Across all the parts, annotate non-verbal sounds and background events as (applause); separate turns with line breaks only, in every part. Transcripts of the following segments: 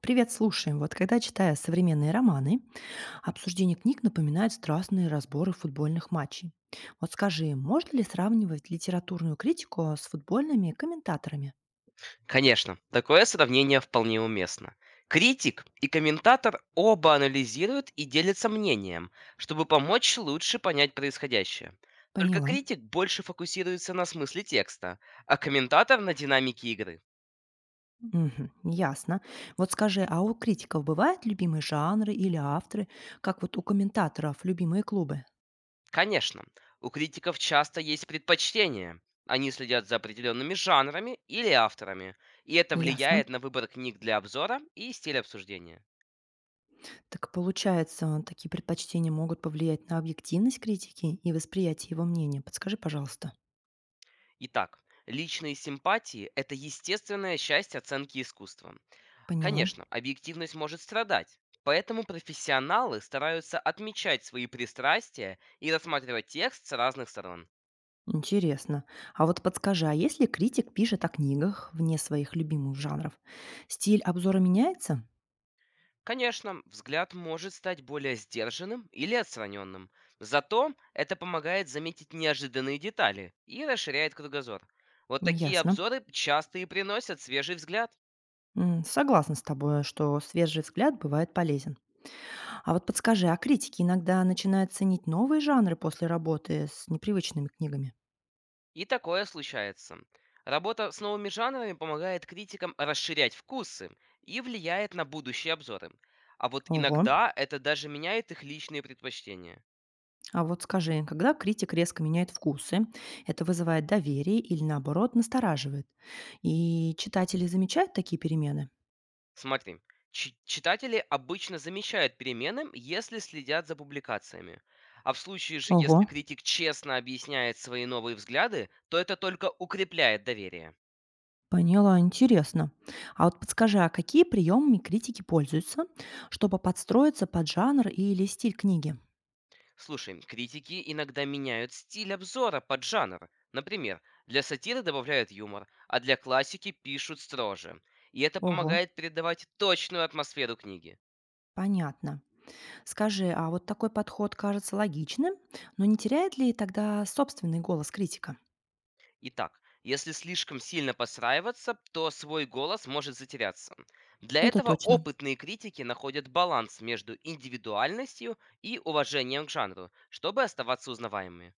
Привет, слушаем. Вот когда читая современные романы, обсуждение книг напоминает страстные разборы футбольных матчей. Вот скажи, можно ли сравнивать литературную критику с футбольными комментаторами?
Конечно, такое сравнение вполне уместно. Критик и комментатор оба анализируют и делятся мнением, чтобы помочь лучше понять происходящее. Только
Поняла.
критик больше фокусируется на смысле текста, а комментатор на динамике игры.
Мгм, ясно. Вот скажи, а у критиков бывают любимые жанры или авторы, как вот у комментаторов любимые клубы?
Конечно, у критиков часто есть предпочтения. Они следят за определенными жанрами или авторами, и это
Ясно.
влияет на выбор книг для обзора и стиль обсуждения.
Так получается, такие предпочтения могут повлиять на объективность критики и восприятие его мнения. Подскажи, пожалуйста.
Итак, личные симпатии– это естественная часть оценки искусства.
Поняла.
Конечно, объективность может страдать. Поэтому профессионалы стараются отмечать свои пристрастия и рассматривать текст с разных сторон.
Интересно. А вот подскажи, а если критик пишет о книгах вне своих любимых жанров, стиль обзора меняется?
Конечно, взгляд может стать более сдержанным или отстраненным. Зато это помогает заметить неожиданные детали и расширяет кругозор. Вот такие
Ясно.
обзоры часто и приносят свежий взгляд.
М, согласна с тобой, что свежий взгляд бывает полезен. А вот подскажи, а критики иногда начинают ценить новые жанры после работы с непривычными книгами?
И такое случается. Работа с новыми жанрами помогает критикам расширять вкусы и влияет на будущие обзоры. А вот
Ого.
иногда это даже меняет их личные предпочтения.
А вот скажи, когда критик резко меняет вкусы, это вызывает доверие или наоборот настораживает? И читатели замечают такие перемены?
Смотри, читатели обычно замечают перемены, если следят за публикациями. А в случае же,
Ого.
если критик честно объясняет свои новые взгляды, то это только укрепляет доверие.
Поняла, интересно. А вот подскажи, а какие приемами критики пользуются, чтобы подстроиться под жанр или стиль книги?
Слушай, критики иногда меняют стиль обзора под жанр. Например, для сатиры добавляют юмор, а для классики пишут строже. И это
Ого,
помогает передавать точную атмосферу книги.
понятно. Скажи, а вот такой подход кажется логичным, но не теряет ли тогда собственный голос критика?
Итак, если слишком сильно посраиваться, то свой голос может затеряться. Для
Это
этого
точно.
опытные критики находят баланс между индивидуальностью и уважением к жанру, чтобы оставаться узнаваемыми.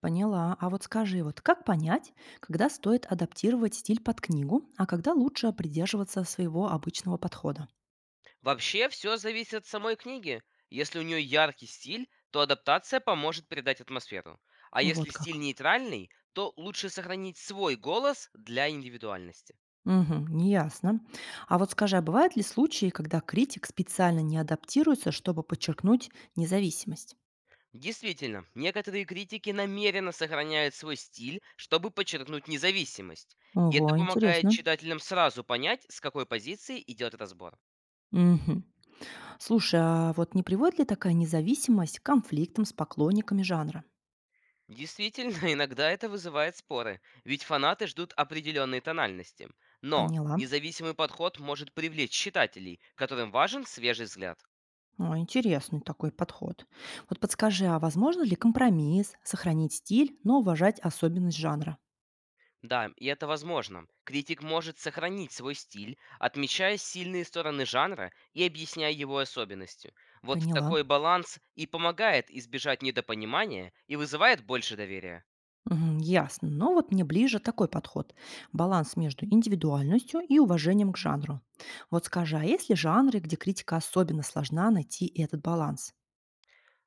Поняла. А вот скажи, вот как понять, когда стоит адаптировать стиль под книгу, а когда лучше придерживаться своего обычного подхода?
Вообще, все зависит от самой книги. Если у нее яркий стиль, то адаптация поможет передать атмосферу. А если
Вот
стиль
как.
нейтральный, то лучше сохранить свой голос для индивидуальности.
Мгм. Неясно. А вот скажи, а бывают ли случаи, когда критик специально не адаптируется, чтобы подчеркнуть независимость?
Действительно, некоторые критики намеренно сохраняют свой стиль, чтобы подчеркнуть независимость. И это
Ого,
помогает
интересно.
читателям сразу понять, с какой позиции идет разбор.
Мгм. Слушай, а вот не приводит ли такая независимость к конфликтам с поклонниками жанра?
Действительно, (laughs) иногда это вызывает споры, ведь фанаты ждут определенной тональности. Но
Поняла.
независимый подход может привлечь читателей, которым важен свежий взгляд.
О, интересный такой подход. Вот подскажи, а возможно ли компромисс, сохранить стиль, но уважать особенность жанра?
Да, и это возможно. Критик может сохранить свой стиль, отмечая сильные стороны жанра и объясняя его особенности. Вот
Поняла.
такой баланс и помогает избежать недопонимания и вызывает больше доверия.
Мгм, ясно. Но вот мне ближе такой подход. Баланс между индивидуальностью и уважением к жанру. Вот скажи, а есть ли жанры, где критика особенно сложна найти этот баланс?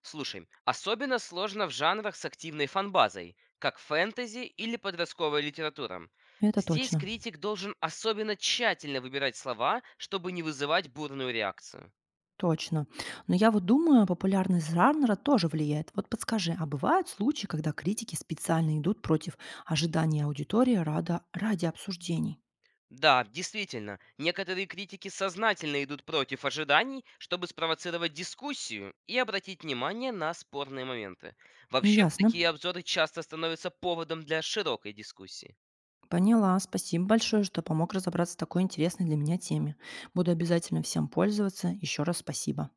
Слушай, особенно сложно в жанрах с активной фанбазой, как фэнтези или подростковая литература.
Это
Здесь
точно.
критик должен особенно тщательно выбирать слова, чтобы не вызывать бурную реакцию.
Точно. Но я вот думаю, популярность жанра тоже влияет. Вот подскажи, а бывают случаи, когда критики специально идут против ожиданий аудитории ради обсуждений?
Да, действительно, некоторые критики сознательно идут против ожиданий, чтобы спровоцировать дискуссию и обратить внимание на спорные моменты. Вообще,
Ясно.
такие обзоры часто становятся поводом для широкой дискуссии.
Поняла. Спасибо большое, что помог разобраться в такой интересной для меня теме. Буду обязательно всем пользоваться. Еще раз спасибо.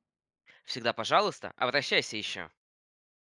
Всегда, пожалуйста, обращайся еще.